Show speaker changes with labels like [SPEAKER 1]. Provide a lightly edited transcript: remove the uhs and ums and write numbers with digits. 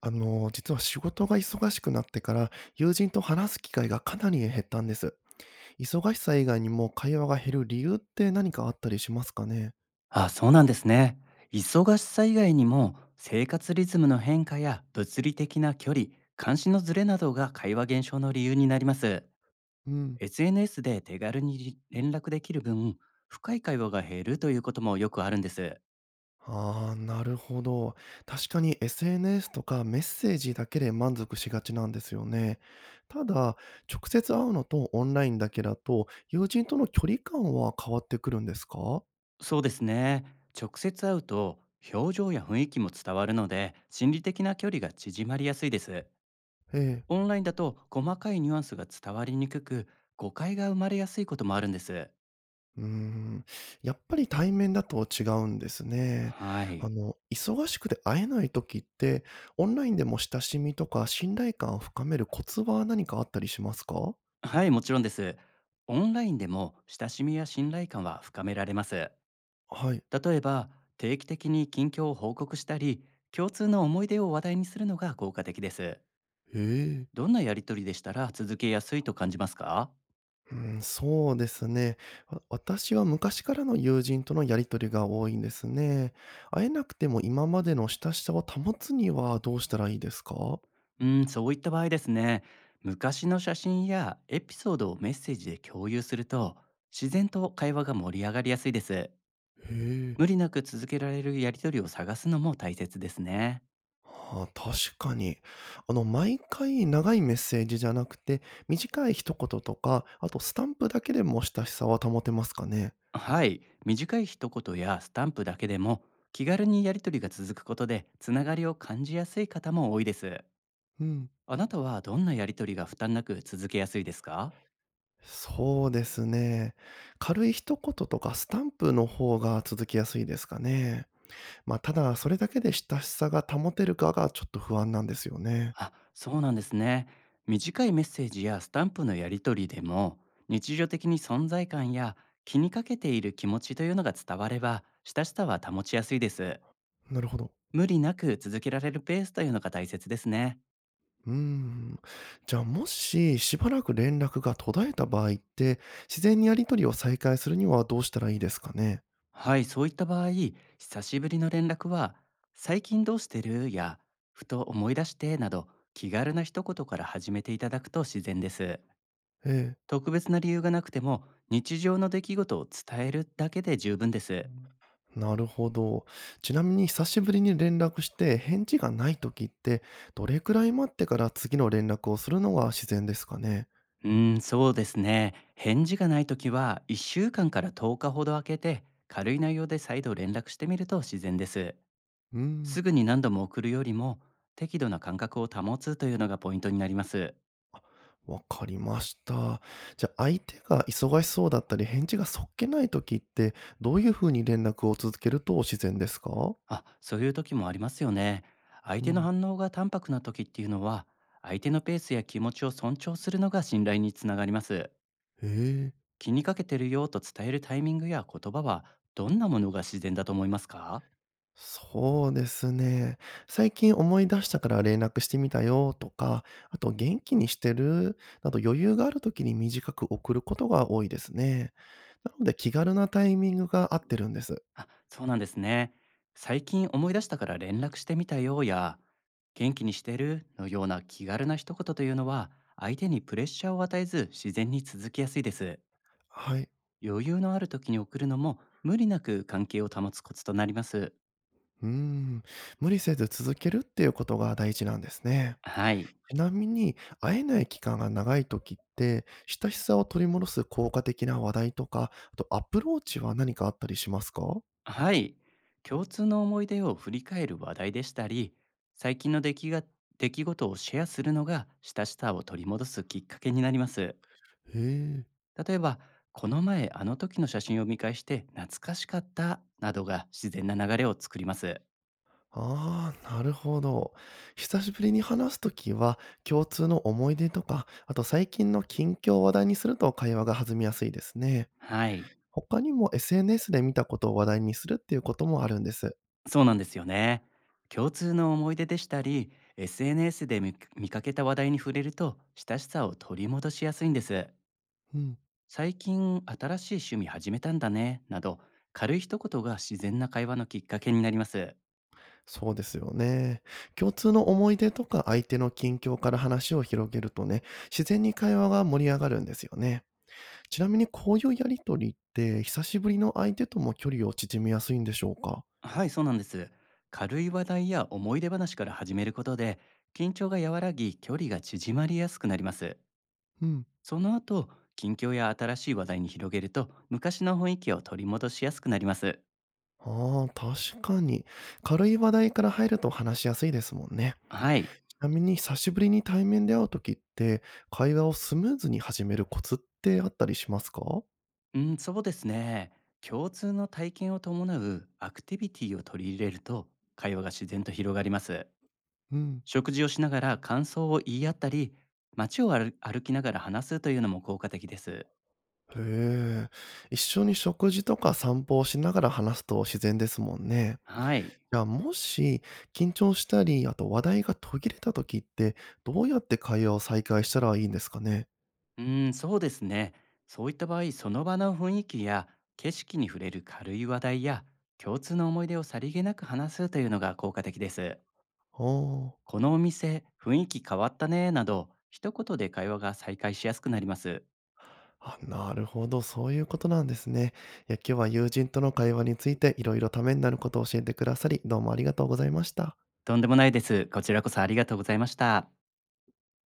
[SPEAKER 1] 実は仕事が忙しくなってから、友人と話す機会がかなり減ったんです。忙しさ以外にも会話が減る理由って何かあったりしますかね。
[SPEAKER 2] あ、そうなんですね。忙しさ以外にも生活リズムの変化や物理的な距離、関心のズレなどが会話減少の理由になります。
[SPEAKER 1] うん。
[SPEAKER 2] SNS で手軽に連絡できる分、深い会話が減るということもよくあるんです。
[SPEAKER 1] ああー、なるほど。確かに SNS とかメッセージだけで満足しがちなんですよね。ただ、直接会うのとオンラインだけだと、友人との距離感は変わってくるんですか。
[SPEAKER 2] そうですね。直接会うと表情や雰囲気も伝わるので、心理的な距離が縮まりやすいです。
[SPEAKER 1] ええ。
[SPEAKER 2] オンラインだと細かいニュアンスが伝わりにくく、誤解が生まれやすいこともあるんです。
[SPEAKER 1] うーん、やっぱり対面だと違うんですね。
[SPEAKER 2] はい。
[SPEAKER 1] 忙しくて会えない時って、オンラインでも親しみとか信頼感を深めるコツは何かあったりしますか？
[SPEAKER 2] はい、もちろんです。オンラインでも親しみや信頼感は深められます。
[SPEAKER 1] はい。
[SPEAKER 2] 例えば、定期的に近況を報告したり、共通の思い出を話題にするのが効果的です。
[SPEAKER 1] へえ。
[SPEAKER 2] どんなやりとりでしたら続けやすいと感じますか？
[SPEAKER 1] そうですね。私は昔からの友人とのやり取りが多いんですね。会えなくても今までの親しさを保つにはどうしたらいいですか？
[SPEAKER 2] うん、そういった場合ですね。昔の写真やエピソードをメッセージで共有すると、自然と会話が盛り上がりやすいです。
[SPEAKER 1] へえ。
[SPEAKER 2] 無理なく続けられるやりとりを探すのも大切ですね。
[SPEAKER 1] はあ、確かに。毎回長いメッセージじゃなくて、短い一言とか、あとスタンプだけでも親しさは保てますかね。
[SPEAKER 2] はい、短い一言やスタンプだけでも気軽にやり取りが続くことでつながりを感じやすい方も多いです。
[SPEAKER 1] うん。
[SPEAKER 2] あなたはどんなやり取りが負担なく続けやすいですか？
[SPEAKER 1] そうですね。軽い一言とかスタンプの方が続きやすいですかね。まあ、ただ、それだけで親しさが保てるかがちょっと不安なんですよね。
[SPEAKER 2] あ、そうなんですね。短いメッセージやスタンプのやり取りでも日常的に存在感や気にかけている気持ちというのが伝われば親しさは保ちやすいです。
[SPEAKER 1] なるほど。
[SPEAKER 2] 無理なく続けられるペースというのが大切ですね。
[SPEAKER 1] うーん。じゃあ、もし、しばらく連絡が途絶えた場合って、自然にやりとりを再開するにはどうしたらいいですかね。
[SPEAKER 2] はい、そういった場合、久しぶりの連絡は、最近どうしてるや、ふと思い出してなど、気軽な一言から始めていただくと自然です。
[SPEAKER 1] ええ。
[SPEAKER 2] 特別な理由がなくても、日常の出来事を伝えるだけで十分です。
[SPEAKER 1] なるほど。ちなみに久しぶりに連絡して返事がない時って、どれくらい待ってから次の連絡をするのが自然ですかね？
[SPEAKER 2] そうですね。返事がないときは、1週間から10日ほど空けて、軽い内容で再度連絡してみると自然です。
[SPEAKER 1] うーん、
[SPEAKER 2] すぐに何度も送るよりも、適度な間隔を保つというのがポイントになります。
[SPEAKER 1] わかりました。じゃあ、相手が忙しそうだったり、返事がそっけない時って、どういうふうに連絡を続けると自然ですか？
[SPEAKER 2] あ、そういう時もありますよね。相
[SPEAKER 1] う
[SPEAKER 2] 手の
[SPEAKER 1] ん。
[SPEAKER 2] 反応が淡白な時っていうのは、相手のペースや気持ちを尊重するのが信頼につながります。
[SPEAKER 1] へえ。
[SPEAKER 2] 気にかけてるよと伝えるタイミングや言葉は、どんなものが自然だと思いますか？
[SPEAKER 1] そうですね。最近思い出したから連絡してみたよとか、あと元気にしてるなど余裕がある時に短く送ることが多いですね。なので気軽なタイミングが合ってるんです。
[SPEAKER 2] あ、そうなんですね。最近思い出したから連絡してみたよや、元気にしてるのような気軽な一言というのは、相手にプレッシャーを与えず自然に続きやすいです。
[SPEAKER 1] はい。
[SPEAKER 2] 余裕のある時に送るのも、無理なく関係を保つコツとなります。
[SPEAKER 1] うーん。無理せず続けるっていうことが大事なんですね。
[SPEAKER 2] はい。
[SPEAKER 1] ちなみに、会えない期間が長い時って、親しさを取り戻す効果的な話題とか、あとアプローチは何かあったりしますか。
[SPEAKER 2] はい。共通の思い出を振り返る話題でしたり、最近の出来が出来事をシェアするのが親しさを取り戻すきっかけになります。
[SPEAKER 1] へえ。
[SPEAKER 2] 例えば、この前あの時の写真を見返して懐かしかったなどが自然な流れを作ります。
[SPEAKER 1] ああ、なるほど。久しぶりに話すときは、共通の思い出とか、あと最近の近況を話題にすると会話が弾みやすいですね。
[SPEAKER 2] はい。
[SPEAKER 1] 他にも SNS で見たことを話題にするっていうこともあるんです。
[SPEAKER 2] そうなんですよね。共通の思い出でしたり、SNS で見かけた話題に触れると親しさを取り戻しやすいんです。
[SPEAKER 1] うん、
[SPEAKER 2] 最近新しい趣味始めたんだね、など、軽い一言が自然な会話のきっかけになります。
[SPEAKER 1] そうですよね。共通の思い出とか相手の近況から話を広げるとね、自然に会話が盛り上がるんですよね。ちなみにこういうやりとりって、久しぶりの相手とも距離を縮めやすいんでしょうか。
[SPEAKER 2] はい、そうなんです。軽い話題や思い出話から始めることで、緊張が和らぎ、距離が縮まりやすくなります。
[SPEAKER 1] うん。
[SPEAKER 2] その後、近況や新しい話題に広げると、昔の雰囲気を取り戻しやすくなります。
[SPEAKER 1] ああ、確かに。軽い話題から入ると話しやすいですもんね。
[SPEAKER 2] はい、
[SPEAKER 1] ちなみに久しぶりに対面で会う時って、会話をスムーズに始めるコツってあったりしますか？
[SPEAKER 2] うん、そうですね。共通の体験を伴うアクティビティを取り入れると、会話が自然と広がります。
[SPEAKER 1] うん。
[SPEAKER 2] 食事をしながら感想を言い合ったり、街を歩きながら話すというのも効果的です。
[SPEAKER 1] へえ。一緒に食事とか散歩をしながら話すと自然ですもんね。
[SPEAKER 2] はい。
[SPEAKER 1] じゃあもし、緊張したり、あと話題が途切れた時って、どうやって会話を再開したらいいんですかね？
[SPEAKER 2] そうですね。そういった場合、その場の雰囲気や景色に触れる軽い話題や共通の思い出をさりげなく話すというのが効果的です。
[SPEAKER 1] ああ。
[SPEAKER 2] このお店、雰囲気変わったね、など、一言で会話が再開しやすくなります。
[SPEAKER 1] あ、なるほど、そういうことなんですね。いや、今日は友人との会話についていろいろためになることを教えてくださり、どうもありがとうございました。
[SPEAKER 2] とんでもないです。こちらこそありがとうございました。